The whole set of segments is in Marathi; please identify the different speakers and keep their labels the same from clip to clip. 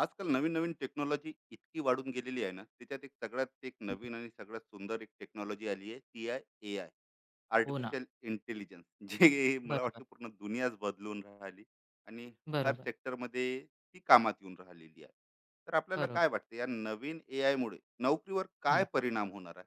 Speaker 1: आजकाल नवीन-नवीन टेक्नॉलॉजी इतकी वाढून गेलेली आहे ना, त्याच्यात एक सगळ्यात एक नवीन आणि सगळ्यात सुंदर एक टेक्नॉलॉजी आली आहे, ती आहे एआय.
Speaker 2: हो ना.
Speaker 1: आर्टिफिशियल इंटेलिजन्स जे मला
Speaker 2: बरोबर,
Speaker 1: वाटतं पूर्ण दुनियाच बदलून राहिली, आणि हर
Speaker 2: बरोबर,
Speaker 1: सेक्टरमध्ये ती कामात येऊन राहिलेली आहे. तर आपल्याला
Speaker 2: बरोबर.
Speaker 1: काय वाटतं, या नवीन एआयमुळे नोकरीवर
Speaker 2: हं.
Speaker 1: काय परिणाम होणार आहे?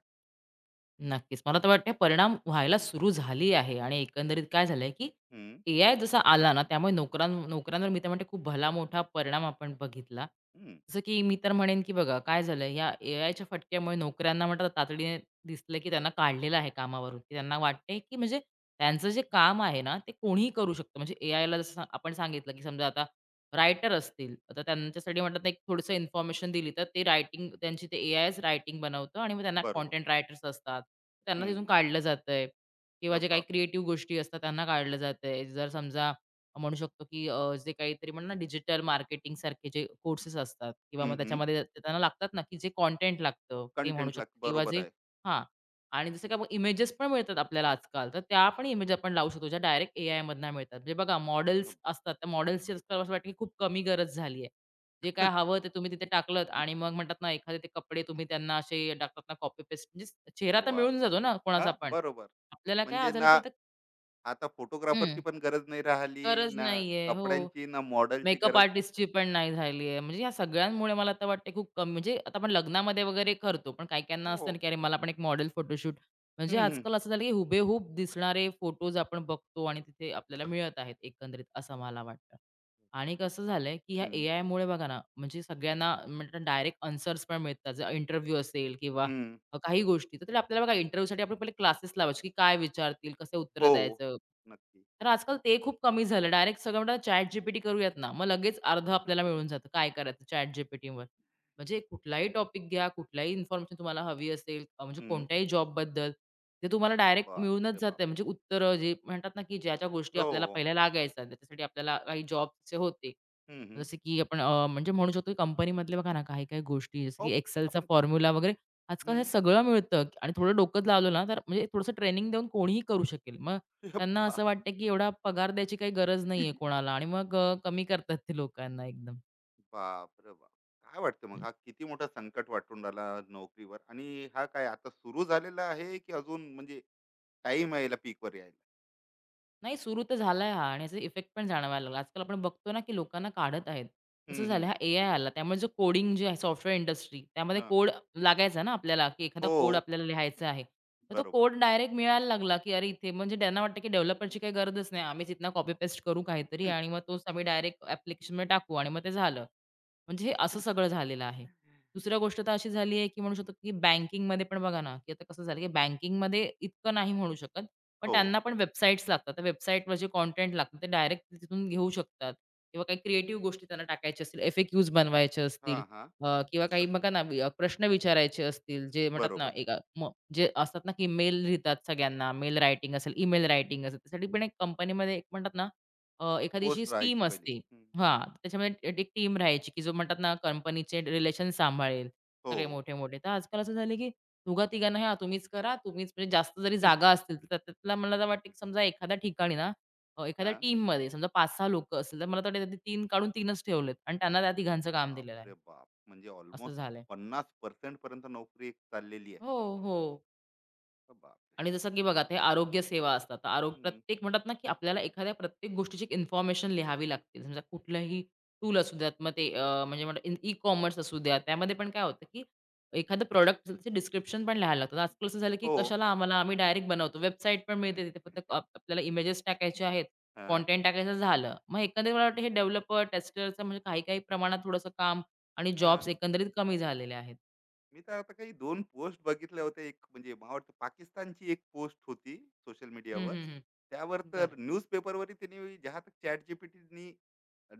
Speaker 2: नक्कीच. मला तर वाटतंय परिणाम व्हायला सुरू झाली आहे आणि एकंदरीत काय झालंय, की
Speaker 1: हं,
Speaker 2: एआय जसा आला ना, त्यामुळे नोकऱ्यांवर मी तर म्हणते खूप भला मोठा परिणाम आपण बघितला.
Speaker 1: हं.
Speaker 2: जसं की मी तर म्हणेन, की बघा काय झालंय, या एआयच्या फटक्यामुळे नोकऱ्यांना म्हणतात तातडीने दिसलं, की त्यांना काढलेलं आहे कामावरून, की त्यांना वाटतंय, की म्हणजे त्यांचं जे काम आहे ना, ते कोणीही करू शकतं. म्हणजे एआयला जसं आपण सांगितलं, की समजा आता रायटर असतील, तर त्यांच्यासाठी म्हणतात ना, एक थोडंसं इन्फॉर्मेशन दिली, तर ते रायटिंग त्यांची ते एआयच रायटिंग बनवतं आणि मग त्यांना
Speaker 1: बरोबर.
Speaker 2: कंटेंट रायटर्स असतात. त्यांना
Speaker 1: हं,
Speaker 2: तिथून
Speaker 1: हं.
Speaker 2: काढलं जातंय किंवा
Speaker 1: अरे
Speaker 2: जे काही
Speaker 1: बापरे!
Speaker 2: क्रिएटिव्ह गोष्टी असतात त्यांना काढलं जातंय. जर समजा म्हणू शकतो, की जे काहीतरी म्हणू ना डिजिटल मार्केटिंग सारखे जे कोर्सेस असतात किंवा मग त्याच्यामध्ये त्यांना लागतात ना, की जे कंटेंट लागतं ते म्हणू
Speaker 1: कंटेंटला
Speaker 2: शकतो किंवा
Speaker 1: बरोबर
Speaker 2: जे
Speaker 1: आहे.
Speaker 2: हां. आणि जसं की आपण इमेजेस पण मिळतात आपल्याला आजकाल, तर त्या पण इमेज आपण लावू शकतो, ज्या डायरेक्ट एआयमधनं मिळतात. म्हणजे बघा मॉडेल्स
Speaker 1: वाह!
Speaker 2: असतात, त्या मॉडेल्सची आजकाल असं वाटतं की खूप कमी गरज झाली आहे. जे काय हवं ते तुम्ही तिथे टाकलत आणि मग म्हणतात ना, एखादे ते कपडे तुम्ही त्यांना असे टाकतात ना, कॉपी पेस्ट म्हणजे चेहरा तर
Speaker 1: वाह!
Speaker 2: मिळून जातो ना
Speaker 1: हां,
Speaker 2: कोणाचा पण.
Speaker 1: बरोबर.
Speaker 2: आपल्याला काय
Speaker 1: म्हणजे
Speaker 2: झालं
Speaker 1: ना,
Speaker 2: की आता
Speaker 1: आता फोटोग्राफरची
Speaker 2: हं,
Speaker 1: पण गरज नाही राहिली
Speaker 2: गरज
Speaker 1: ना,
Speaker 2: नाहीये. हो.
Speaker 1: कपड्यांची ना मॉडेलची
Speaker 2: मेकअप
Speaker 1: गरज.
Speaker 2: आर्टिस्टची पण नाही झाली आहे. म्हणजे या सगळ्यांमुळे मला आता वाटते खूप कमी म्हणजे आता आपण लग्नामध्ये वगैरे करतो. पण काही-काहींना असतं ना,
Speaker 1: हो.
Speaker 2: की अरे मला पण एक मॉडेल फोटोशूट म्हणजे
Speaker 1: हम्म हम्म.
Speaker 2: आजकाल असं झालं, की हुबेहूब दिसणारे फोटोज आपण बघतो आणि तिथे आपल्याला मिळत आहेत एकंदरीत असं मला वाटतं. आणि कसं झालंय, की ह्या
Speaker 1: हम्म
Speaker 2: एआयमुळे बघा ना, म्हणजे सगळ्यांना म्हणजे डायरेक्ट आन्सर्स पण मिळतात. जर इंटरव्ह्यू असेल किंवा
Speaker 1: हम्म.
Speaker 2: काही गोष्टी. तर त्याला आपल्याला बघा इंटरव्ह्यूसाठी आपण पहिले क्लासेस लावायचे, की काय विचारतील, कसं उत्तर
Speaker 1: हो.
Speaker 2: द्यायचं.
Speaker 1: नक्की.
Speaker 2: तर आजकाल ते खूप कमी झालं. डायरेक्ट सगळं म्हणतात ChatGPT करूयात ना, मग लगेच अर्धं आपल्याला मिळून जातं. काय करायचं ChatGPTवर. म्हणजे कुठलाही टॉपिक घ्या, कुठलाही इन्फॉर्मेशन तुम्हाला हवी असेल, म्हणजे
Speaker 1: हम्म.
Speaker 2: कोणत्याही जॉबबद्दल, ते तुम्हाला डायरेक्ट
Speaker 1: बाप
Speaker 2: मिळूनच
Speaker 1: रे बाप.
Speaker 2: जातं. म्हणजे उत्तरं जे म्हणतात ना, की ज्या-ज्या गोष्टी
Speaker 1: हो
Speaker 2: आपल्याला
Speaker 1: हो.
Speaker 2: पहिल्या लागायच्या, त्याच्यासाठी आपल्याला काही जॉबचे होते.
Speaker 1: हम्म हम्म.
Speaker 2: जसे की आपण म्हणजे म्हणू शकतो की कंपनीमधले बघा ना, काही-काही गोष्टी जसं
Speaker 1: हो.
Speaker 2: की Excelचा
Speaker 1: आपण.
Speaker 2: फॉर्म्युला वगैरे आजकाल हे
Speaker 1: हम्म.
Speaker 2: सगळं मिळतं आणि थोडं डोकंच लावलं ना, तर म्हणजे थोडंसं ट्रेनिंग देऊन कोणीही करू शकेल. मग त्यांना असं
Speaker 1: बाप.
Speaker 2: वाटतं, की एवढा पगार द्यायची काही गरज नाहीये कोणाला आणि मग कमी करतात ते लोकांना एकदम.
Speaker 1: बाप रे बाप. काय वाटतं मग, हा किती मोठा संकट वाटून राहिला नोकरीवर, आणि हा काय आता सुरू झालेला आहे की अजून म्हणजे टाइम आहे याला पीकवर यायला?
Speaker 2: नाही सुरू तर झालाय हा आणि याचा इफेक्ट पण जाणवायला लागला. आजकाल आपण बघतो ना, की लोकांना काढत आहेत. कसं
Speaker 1: हम्म
Speaker 2: झालं
Speaker 1: हम्म.
Speaker 2: हा एआय आला त्यामुळे जो कोडिंग जे आहे सॉफ्टवेअर इंडस्ट्री त्यामध्ये
Speaker 1: हा.
Speaker 2: कोड लागायचा ना आपल्याला, की एखादा
Speaker 1: हो.
Speaker 2: कोड आपल्याला लिहायचा आहे. तर तो
Speaker 1: बरोबर.
Speaker 2: कोड डायरेक्ट मिळायला लागला, की अरे इथे म्हणजे त्यांना वाटतं, की डेव्हलपरची काही गरजच नाही. आम्हीच इथनं कॉपी पेस्ट करू काहीतरी
Speaker 1: हम्म.
Speaker 2: आणि मग तोच आम्ही डायरेक्ट ॲप्लिकेशनमध्ये टाकू आणि मग ते झालं. म्हणजे हे असं सगळं झालेलं आहे. दुसरी गोष्ट तर अशी झाली आहे, की म्हणू शकतो, की बँकिंगमध्ये पण बघा ना, की आता कसं झालं, की बँकिंगमध्ये इतकं नाही म्हणू शकत. पण
Speaker 1: हो.
Speaker 2: त्यांना पण वेबसाईट्स लागतात. त्या वेबसाईटवर जे कंटेंट लागतं ते डायरेक्ट तिथून घेऊ शकतात किंवा काही क्रिएटिव्ह गोष्टी त्यांना टाकायच्या असतील, एफ-ए-क्यूज बनवायचे
Speaker 1: हा
Speaker 2: असतील
Speaker 1: हा.
Speaker 2: किंवा काही बघा ना प्रश्न विचारायचे असतील, जे म्हणतात ना
Speaker 1: बरोबर.
Speaker 2: एक अ, म जे असतात ना, की मेल लिहितात सगळ्यांना, मेल रायटिंग असेल, ईमेल रायटिंग असेल, त्यासाठी पण एक कंपनीमध्ये एक म्हणतात ना एखादी अशी
Speaker 1: पोस्ट
Speaker 2: टीम
Speaker 1: राहायची पहिली.
Speaker 2: असते.
Speaker 1: हं.
Speaker 2: हां, त्याच्यामध्ये एक टीम राहायची, की जो म्हणतात ना कंपनीचे रिलेशन सांभाळेल
Speaker 1: हो.
Speaker 2: सगळे मोठे-मोठे. तर आजकाल असं झालं, की दोघा-तिघांना हां, तुम्हीच करा, तुम्हीच म्हणजे जास्त जरी जागा असतील, तर त्यातला मला तर वाटतं, की समजा एखाद्या ठिकाणी ना, एखाद्या
Speaker 1: हां.
Speaker 2: टीममध्ये समजा 5-6 लोकं असतील, तर मला तर वाटतं ते तीन काढून 3च ठेवलेत आणि त्यांना त्या तिघांचं काम
Speaker 1: बाप
Speaker 2: दिलेलं आहे.
Speaker 1: रे बाप! म्हणजे
Speaker 2: असं
Speaker 1: ऑलमोस्ट
Speaker 2: झालंय.
Speaker 1: 50% पर्यंत नोकरी एक चाललेली आहे.
Speaker 2: हो, हो. आणि जसं की
Speaker 1: बापरे!
Speaker 2: बघा ते आरोग्य सेवा असतात. तर आरोग्य
Speaker 1: हं.
Speaker 2: प्रत्येक म्हणतात ना, की आपल्याला एखाद्या प्रत्येक गोष्टीची इन्फॉर्मेशन लिहावी लागते. समजा कुठलंही टूल असू द्यात, मग ते म्हणजे म्हणा ई-कॉमर्स असू द्या. त्यामध्ये पण काय होतं, की एखादं प्रॉडक्टचं डिस्क्रिप्शन पण लिहायला लागतं. आजकाल असं झालं, की
Speaker 1: हो.
Speaker 2: कशाला आम्हाला आम्ही डायरेक्ट बनवतो. वेबसाईट पण मिळते तिथे फक्त आपल्याला इमेजेस टाकायचे आहेत,
Speaker 1: हां,
Speaker 2: कंटेंट टाकायचं झालं. मग एकंदरीत मला वाटतं हे डेव्हलपर, टेस्टरचं म्हणजे काही-काही प्रमाणात थोडंसं काम आणि जॉब्स
Speaker 1: हां.
Speaker 2: एकंदरीत कमी झालेले आहेत.
Speaker 1: मी तर आता काही 2 पोस्ट बघितल्या होत्या. एक म्हणजे मला वाटतं पाकिस्तानची एक पोस्ट होती सोशल
Speaker 2: हं,
Speaker 1: मीडियावर.
Speaker 2: हं, हं.
Speaker 1: त्यावर
Speaker 2: बरं.
Speaker 1: तर न्यूजपेपरवरही त्यांनी जहाँ तक ChatGPTनी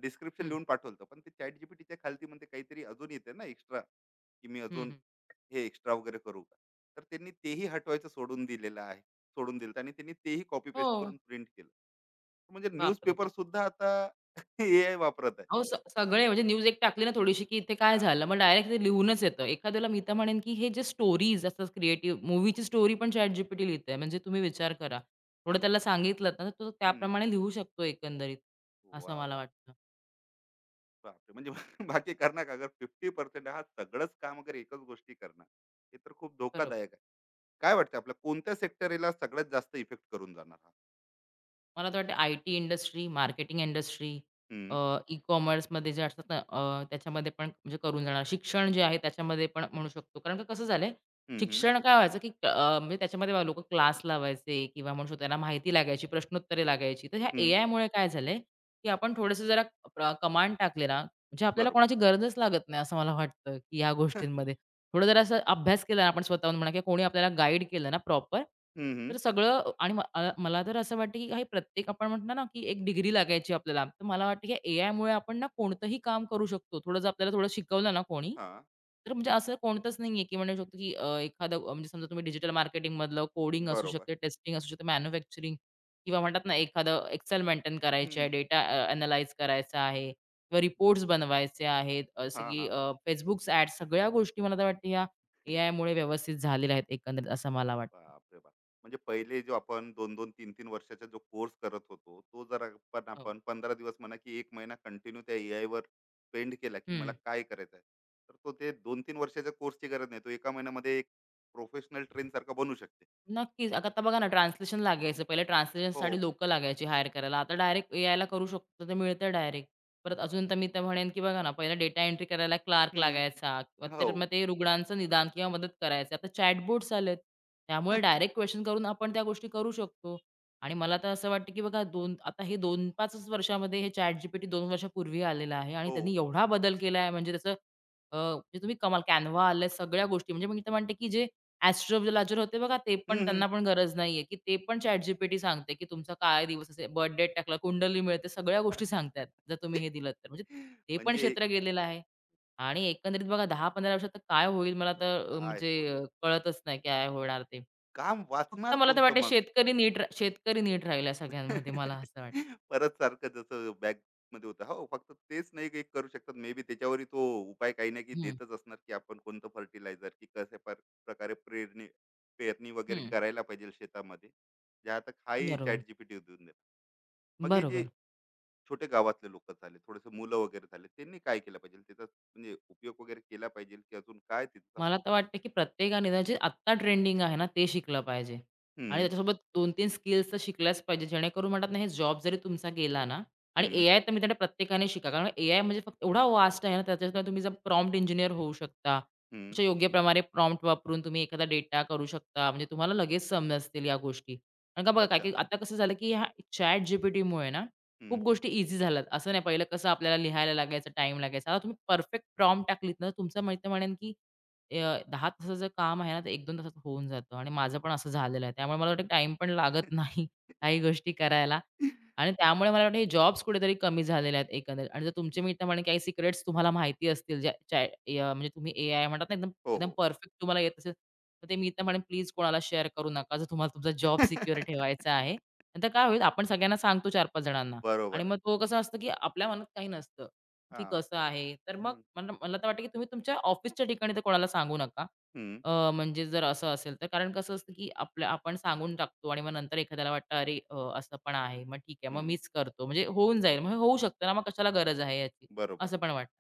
Speaker 1: डिस्क्रिप्शन
Speaker 2: हं,
Speaker 1: लिहून पाठवलं होतं. पण ते ChatGPTच्या खालती म्हणते काहीतरी अजून येते ना एक्स्ट्रा, की मी
Speaker 2: हं,
Speaker 1: अजून
Speaker 2: हं.
Speaker 1: हे एक्स्ट्रा वगैरे करू का, तर त्यांनी तेही हटवायचं सोडून दिलेलं आहे सोडून दिलं आणि त्यांनी तेही कॉपी पेस्ट
Speaker 2: हो.
Speaker 1: करून प्रिंट केलं. म्हणजे
Speaker 2: बापरे!
Speaker 1: न्यूजपेपर सुद्धा आता ए आय वापरत आहे.
Speaker 2: अहो, सगळे म्हणजे न्यूज एक टाकली ना थोडीशी, की इथे काय
Speaker 1: हा.
Speaker 2: झालं, मग डायरेक्ट ते लिहूनच येतं. एखाद्याला मी तर
Speaker 1: वा.
Speaker 2: म्हणेन, की हे जे स्टोरीज असतात क्रिएटिव्ह मूवीची स्टोरी पण ChatGPT लिहितंय. म्हणजे तुम्ही विचार करा. थोडं
Speaker 1: इ-
Speaker 2: त्याला सांगितलंत ना, तर तो
Speaker 1: हम्म.
Speaker 2: त्याप्रमाणे लिहू शकतो एकंदरीत, असं
Speaker 1: वा
Speaker 2: मला
Speaker 1: वा.
Speaker 2: वाटतं.
Speaker 1: बापरे, म्हणजे बाकी करणार का? अगर 50% हा सगळंच काम वगैरे एकच गोष्टी करणार, हे तर खूप
Speaker 2: बरोबर.
Speaker 1: धोकादायक आहे. काय वाटतं, आपल्या कोणत्या सेक्टरला सगळ्यात जास्त इफेक्ट करून जाणार हा?
Speaker 2: मला तर वाटतं IT industry, marketing industry, uh,
Speaker 1: hmm,
Speaker 2: ई-कॉमर्समध्ये जे असतात ना, त्याच्यामध्ये पण म्हणजे करून जाणार. शिक्षण जे आहे त्याच्यामध्ये पण म्हणू शकतो. कारण का कसं झालंय,
Speaker 1: हम्म. हम्म,
Speaker 2: शिक्षण काय व्हायचं, की म्हणजे त्याच्यामध्ये लोकं क्लास लावायचे किंवा म्हणू शकतो त्यांना माहिती लागायची, प्रश्नोत्तरे लागायची. तर ह्या
Speaker 1: हम्म.
Speaker 2: एआयमुळे काय झालंय, की आपण थोडंसं जरा कमांड टाकले ना, म्हणजे आपल्याला
Speaker 1: बरोबर.
Speaker 2: कोणाची गरजच लागत नाही असं मला वाटतं, की ह्या गोष्टींमध्ये. थोडं जरा असं अभ्यास केला ना आपण स्वतःहून म्हणा किंवा कोणी आपल्याला गाईड केलं ना प्रॉपर,
Speaker 1: हम्म,
Speaker 2: तर
Speaker 1: हम्म.
Speaker 2: सगळं आणि मला तर असं वाटतं की काही प्रत्येक आपण म्हणतो ना की एक डिग्री लागायची आपल्याला. तर मला वाटतं की एआयमुळे आपण ना कोणतंही काम करू शकतो. थोडं जर आपल्याला थोडं शिकवलं ना कोणी,
Speaker 1: हा.
Speaker 2: तर म्हणजे असं कोणतंच नाहीये की म्हणू शकतो की एखादं म्हणजे समजा तुम्ही डिजिटल मार्केटिंगमधलं कोडिंग असू
Speaker 1: बरोबर.
Speaker 2: शकते, टेस्टिंग असू शकते, मॅन्युफॅक्चरिंग किंवा म्हणतात ना एखादं एक्सेल मेंटेन करायची आहे,
Speaker 1: हम्म.
Speaker 2: डेटा करायचा आहे किंवा रिपोर्ट्स बनवायचे आहेत, असं
Speaker 1: हा
Speaker 2: की
Speaker 1: हा.
Speaker 2: Facebook's ॲड्स सगळ्या गोष्टी मला तर वाटतं ह्या एआयमुळे व्यवस्थित झालेल्या आहेत एकंदरीत असं मला वाटतं.
Speaker 1: बापरे बाप! म्हणजे पहिले जो आपण 2-2, 3-3 वर्षाचा जो कोर्स करत होतो, तो जर आपण
Speaker 2: हो.
Speaker 1: आपण 15 दिवस म्हणा, की 1 महिना कंटिन्यू त्या एआयवर स्पेंड केला, की
Speaker 2: हं.
Speaker 1: मला काय करायचं आहे. तर तो ते 2-3 वर्षाच्या कोर्सची गरज नाही. तो एका महिन्यामध्ये एक प्रोफेशनल ट्रेनरसारखा बनू शकते.
Speaker 2: नक्कीच. आता बघा ना, ट्रान्सलेशन लागायचं. पहिले
Speaker 1: हो.
Speaker 2: ट्रान्सलेशनसाठी लोकं लागायची हायर करायला. आता डायरेक्ट एआयला करू शकतो, ते मिळतं डायरेक्ट. परत
Speaker 1: बरं.
Speaker 2: अजून तर मी तर म्हणेन, की बघा ना, पहिला डेटा एंट्री करायला क्लार्क
Speaker 1: हं.
Speaker 2: लागायचा. किंवा तर मग
Speaker 1: हो.
Speaker 2: ते रुग्णांचं निदान किंवा मदत करायचं. आता चॅटबोट्स आलेत. त्यामुळे डायरेक्ट क्वेशन करून आपण त्या गोष्टी करू शकतो. आणि मला तर असं वाटतं, की बघा 2 आता हे 2-5च वर्षामध्ये हे ChatGPT 2 वर्षापूर्वी आलेलं आहे आणि
Speaker 1: हो.
Speaker 2: त्यांनी एवढा बदल केला आहे म्हणजे त्याचं म्हणजे तुम्ही कमाल Canva आलंय सगळ्या गोष्टी म्हणजे मी तर म्हणते, की जे एस्ट्रोलॉजर होते बघा, ते पण
Speaker 1: हं, हं.
Speaker 2: त्यांना पण गरज नाहीये, की ते पण ChatGPT सांगते, की तुमचा काय दिवस असेल, बर्थ डेट टाकला, कुंडली मिळते, सगळ्या गोष्टी सांगतायत. जर तुम्ही हे दिलत तर. म्हणजे ते पण
Speaker 1: म्हणजे,
Speaker 2: क्षेत्र गेलेलं आहे. आणि एकंदरीत बघा 10-15 वर्षात तर काय होईल मला तर
Speaker 1: काय
Speaker 2: म्हणजे
Speaker 1: होणार?
Speaker 2: कळतच नाही काय होणार ते.
Speaker 1: काम
Speaker 2: फक्त
Speaker 1: वाचणार
Speaker 2: मला तर
Speaker 1: कोणतं
Speaker 2: वाटते
Speaker 1: मग?
Speaker 2: शेतकरी नीट राहील या सगळ्यांमध्ये मला असं वाटतं.
Speaker 1: परत सारखं जसं बॅग मध्ये होतं हो, फक्त तेच नाही, काही करू शकतात. मे बी त्याच्यावरही तो उपाय काही ना काही
Speaker 2: हं,
Speaker 1: देतच असणार, की आपण कोणतं फर्टिलायझर, की कशा प्रकारे पेरणी पेरणी वगैरे
Speaker 2: हं.
Speaker 1: करायला पाहिजे शेतामध्ये, जे आता हाही
Speaker 2: बरोबर.
Speaker 1: चॅट जीपीटी देऊन दे. मग हे जे
Speaker 2: बरोबर.
Speaker 1: छोटे गावातले लोक झाले, थोडेसे मुलं वगैरे झाले, त्यांनी काय केलं पाहिजे त्याचा म्हणजे उपयोग वगैरे केला पाहिजे, की अजून काय तिथं?
Speaker 2: मला तर वाटतं, की प्रत्येकाने ना जे आत्ता ट्रेंडिंग आहे ना, ते शिकलं पाहिजे. आणि
Speaker 1: हम्म.
Speaker 2: त्याच्यासोबत 2-3 स्किल्स तर शिकल्याच पाहिजे. जेणेकरून म्हणतात ना, हे जॉब जरी तुमचा गेला ना आणि
Speaker 1: हम्म.
Speaker 2: ए-आय तर मी त्याला प्रत्येकाने शिका. कारण ए-आय म्हणजे फक्त एवढा वास्ट आहे ना, त्याच्यात तुम्ही जर प्रॉम्प्ट इंजिनिअर होऊ शकता.
Speaker 1: हम्म.
Speaker 2: तुमच्या योग्यप्रमाणे प्रॉम्प्ट वापरून तुम्ही एखादा डेटा करू शकता. म्हणजे तुम्हाला लगेच समजतील या गोष्टी. कारण का बघा, काय
Speaker 1: अच्छा.
Speaker 2: की आता कसं झालं, की ह्या ChatGPTमुळे ना
Speaker 1: हम्म.
Speaker 2: खूप गोष्टी ईझी झाल्यात. असं नाही, पहिलं कसं आपल्याला लिहायला लागायचं, टाईम लागायचा. आता तुम्ही परफेक्ट प्रॉम्प्ट टाकलीत ना, तुमचं मी म्हणेन, की अ, 10 तासाचं काम आहे ना, ते 1-2 तासात होऊन जातं आणि माझं पण असं झालेलं
Speaker 1: बाप.
Speaker 2: आहे. त्यामुळे मला वाटतं टाईम पण लागत नाही काही गोष्टी करायला आणि
Speaker 1: हा.
Speaker 2: त्यामुळे मला वाटतं हे जॉब्स कुठेतरी कमी झालेले आहेत एकंदरीत आणि जर तुमचे मित्रमंडळी काही सिक्रेट्स तुम्हाला माहिती असतील, ज्या म्हणजे तुम्ही एआय म्हणतात ना, एकदम
Speaker 1: हो
Speaker 2: एकदम
Speaker 1: हो.
Speaker 2: परफेक्ट तुम्हाला येत असेल, तर ते मी तर म्हणेन प्लीज कोणाला शेअर करू नका. जर तुम्हाला तुमचा जॉब सिक्युअर ठेवायचा आहे. नंतर काय होईल आपण सगळ्यांना सांगतो 4-5 जणांना आणि
Speaker 1: बरोबर आहे.
Speaker 2: मग तो कसं असतं, की आपल्या मनात काही नसतं. की
Speaker 1: हां.
Speaker 2: कसं आहे? तर मग
Speaker 1: हं,
Speaker 2: मला मला तर वाटतं की तुम्ही तुमच्या ऑफिसच्या ठिकाणी तर कोणाला सांगू नका.
Speaker 1: हं,
Speaker 2: म्हणजे जर असं असेल तर कारण कसं असतं की आपलं आपण सांगून टाकतो आणि मग नंतर एखाद्याला वाटतं, "अरे, असं पण आहे. मग ठीक आहे. मग
Speaker 1: हं.
Speaker 2: मीच करतो." म्हणजे होऊन जाईल. म्हणजे होऊ शकतं ना, मग कशाला गरज आहे याची?
Speaker 1: बरोबर.
Speaker 2: असं पण वाटतं.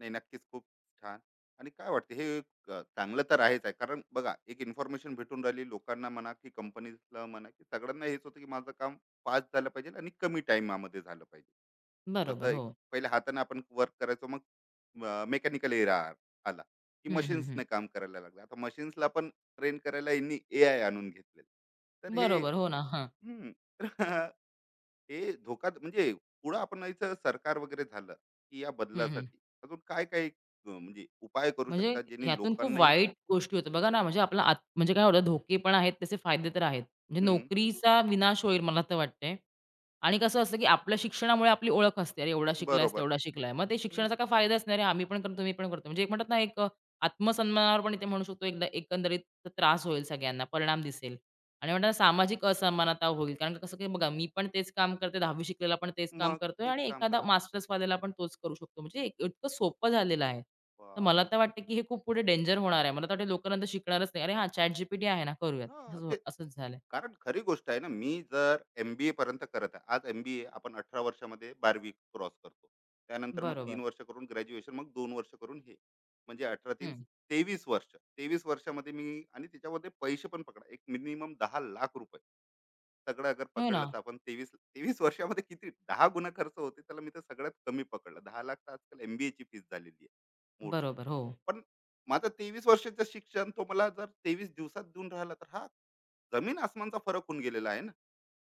Speaker 1: नाही, नक्कीच खूप छान. आणि काय वाटते, हे एक, चांगलं तर आहेच आहे. कारण बघा, एक इन्फॉर्मेशन भेटून राहिली लोकांना म्हणा, की कंपनीला म्हणा, की सगळ्यांना हेच होतं, की माझं काम फास्ट झालं पाहिजे आणि कमी टाईमामध्ये झालं पाहिजे. जसं
Speaker 2: बरोबर.
Speaker 1: एक
Speaker 2: हो.
Speaker 1: पहिले हाताने आपण वर्क करायचो, मग मेकॅनिकल एरा आला, की
Speaker 2: हं, हं, हं.
Speaker 1: मशीन्सने काम करायला लागलं. आता मशीन्सला पण ट्रेन करायला यांनी एआय आणून घेतलेलं. तर हे.
Speaker 2: बरोबर. हो ना. हां.
Speaker 1: हं. ते धोका म्हणजे, पुढं आपण याचं सरकार वगैरे झालं की या बदलासाठी अजून काय काय म्हणजे उपाय करू
Speaker 2: म्हणजे
Speaker 1: शकतात जेणे
Speaker 2: ह्यातून खूप
Speaker 1: लोकांनाही?
Speaker 2: वाईट गोष्टी होतात. बघा ना, म्हणजे आपला आत म्हणजे काय होतं धोके पण आहेत, त्याचे फायदे तर आहेत. म्हणजे
Speaker 1: हम्म.
Speaker 2: नोकरीचा विनाश होईल मला तर वाटतंय. आणि कसं असतं, की आपल्या शिक्षणामुळे आपली ओळख असते. अरे, एवढा शिकलायस,
Speaker 1: बरोबर.
Speaker 2: तेवढा शिकलाय. मग ते
Speaker 1: हम्म.
Speaker 2: शिक्षणाचा काय फायदाच नाही. अरे, आम्ही पण करतो, तुम्ही पण करतो. म्हणजे एक म्हणतात ना, आत्मसन्मानावर पण इथे म्हणू शकतो एकदा एकंदरीत त्रास होईल सगळ्यांना, परिणाम दिसेल. आणि म्हणतात ना सामाजिक असमानता होईल. कारण कसं की बघा मी पण तेच काम करते, 10वी शिकलेला पण तेच काम
Speaker 1: मग
Speaker 2: करतोय
Speaker 1: तेच
Speaker 2: आणि
Speaker 1: काम
Speaker 2: एखादा
Speaker 1: करत.
Speaker 2: मास्टर्सवाल्याला पण तोच करू शकतो. म्हणजे एक- इतकं सोपं झालेलं आहे. तर मला
Speaker 1: बापरे.
Speaker 2: तर वाटतं की हे खूप पुढे डेंजर होणार आहे. मला तर वाटतं लोकं नंतर शिकणारच नाही. "अरे हां, ChatGPT आहे ना, करूयात."
Speaker 1: हा.
Speaker 2: असंच हो
Speaker 1: ते,
Speaker 2: असंच झालंय.
Speaker 1: कारण खरी गोष्ट आहे ना, मी जर एमबीए पर्यंत करत आहे. आज एमबीए, आपण 18 वर्षामध्ये 12वी क्रॉस करतो, त्यानंतर मग
Speaker 2: बरोबर.
Speaker 1: 3 वर्ष करून ग्रॅज्युएशन, मग 2 वर्ष करून हे, म्हणजे 18, 3,
Speaker 2: हं.
Speaker 1: 23 वर्ष. तेवीस वर्षामध्ये मी, आणि त्याच्यामध्ये पैसे पण पकडा, एक मिनिमम 10 लाख रुपये सगळं अगर
Speaker 2: हो ना.
Speaker 1: पकडलं, तर आपण तेवीस तेवीस वर्षामध्ये किती, 10 गुणा खर्च होते. त्याला मी तर सगळ्यात कमी पकडलं 10 लाख, तर आजकाल एमबीए ची फीस झालेली आहे मोठं.
Speaker 2: बरोबर. हो.
Speaker 1: पण माझं 23 वर्षाचं शिक्षण तो मला जर 23 दिवसात देऊन राहिला, तर हा जमीन आसमानचा फरक होऊन गेलेला आहे ना.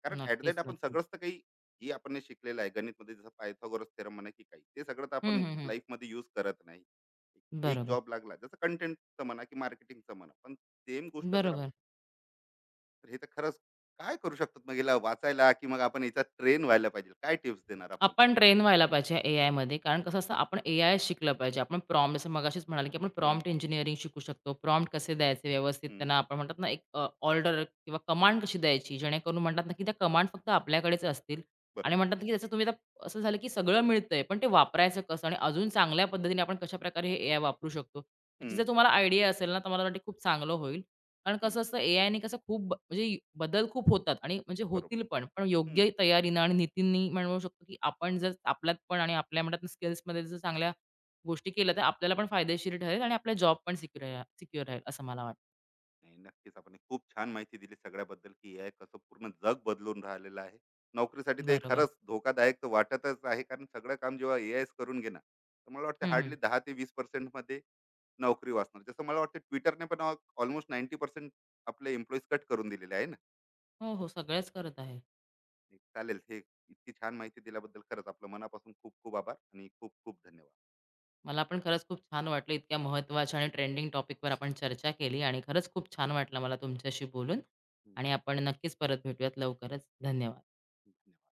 Speaker 1: कारण ऍट दॅट
Speaker 2: नक्कीच,
Speaker 1: आपण
Speaker 2: नक्कीच.
Speaker 1: सगळंच तर, काही जे आपण हे शिकलेलं आहे गणितमध्ये जसं पायथागोरस थेरम म्हणा, की काही, ते सगळं तर
Speaker 2: हं,
Speaker 1: आपण
Speaker 2: हं, हं.
Speaker 1: लाईफमध्ये यूज करत नाही. एक
Speaker 2: बरोबर.
Speaker 1: जॉब लागला जसं कंटेंटचं म्हणा, की मार्केटिंगचं म्हणा, पण सेम गोष्ट करा.
Speaker 2: बरोबर.
Speaker 1: तर हे तर खरंच, काय करू शकतात मग याला वाचायला? की मग आपण याचा ट्रेन व्हायला पाहिजे? काय टिप्स देणार आपण?
Speaker 2: आपण ट्रेन व्हायला पाहिजे एआयमध्ये. कारण कसं असतं आपण एआय शिकलं पाहिजे. आपण प्रॉम्प्ट जसं मगाशीच म्हणाले, की आपण
Speaker 1: हम्म,
Speaker 2: प्रॉम्प्ट इंजिनिअरिंग शिकू शकतो. प्रॉम्प्ट कसे द्यायचे व्यवस्थित
Speaker 1: हम्म.
Speaker 2: त्यांना आपण म्हणतात ना, एक ऑर्डर किंवा कमांड कशी द्यायची जेणेकरून म्हणतात ना, की त्या कमांड फक्त आपल्याकडेच असतील आणि
Speaker 1: बरोबर.
Speaker 2: म्हणतात, की त्याचं तुम्ही आता असं झालं, की सगळं मिळतंय, पण ते वापरायचं कसं आणि अजून चांगल्या पद्धतीने आपण कशाप्रकारे हे एआय वापरू शकतो. याची
Speaker 1: हम्म,
Speaker 2: जर तुम्हाला आयडिया असेल ना, तर मला वाटते खूप चांगलं होईल. कारण
Speaker 1: हम्म.
Speaker 2: कसं असतं एआयने कसं खूप बदल खूप होतात आणि म्हणजे
Speaker 1: बरोबर.
Speaker 2: होतील पण पण योग्य तयारीनं आणि नीतींनी म्हणू शकतो की आपण जर आपल्यात पण आणि आपल्या म्हणतात स्किल्समध्ये जर चांगल्या गोष्टी केल्या तर आपल्याला पण फायदेशीर ठरेल आणि आपला जॉब पण सिक्युअर सिक्युअर राहील असं मला वाटतं
Speaker 1: नाही, नक्कीच. आपण एक खूप छान माहिती दिली सगळ्याबद्दल, की ए आय कसं पूर्ण जग बदलून राहिलेलं आहे. नोकरीसाठी ते
Speaker 2: बरोबर
Speaker 1: खरंच धोकादायक तर वाटतच आहे, कारण सगळं काम जेव्हा ए आयच करून घेणार, तर मला वाटतं
Speaker 2: हम्म, हम्म.
Speaker 1: हार्डली 10 ते 20% मध्ये नोकरी वाचणार. जसं मला वाटतं ट्विटरने पण ऑलमोस्ट 90% आपले एम्प्लॉईज कट करून दिलेले आहे ना.
Speaker 2: हो हो सगळेच करत आहे
Speaker 1: चालेल हे. इतकी छान माहिती दिल्याबद्दल खरंच आपलं मनापासून खूप खूप आभार, आणि खूप खूप धन्यवाद.
Speaker 2: मला पण खरंच खूप छान वाटलं इतक्या महत्त्वाच्या आणि ट्रेंडिंग टॉपिकवर आपण चर्चा केली आणि खरंच खूप छान वाटलं मला तुमच्याशी बोलून
Speaker 1: हम्म.
Speaker 2: आणि आपण नक्कीच परत भेटूयात लवकरच धन्यवाद
Speaker 1: धन्यवाद.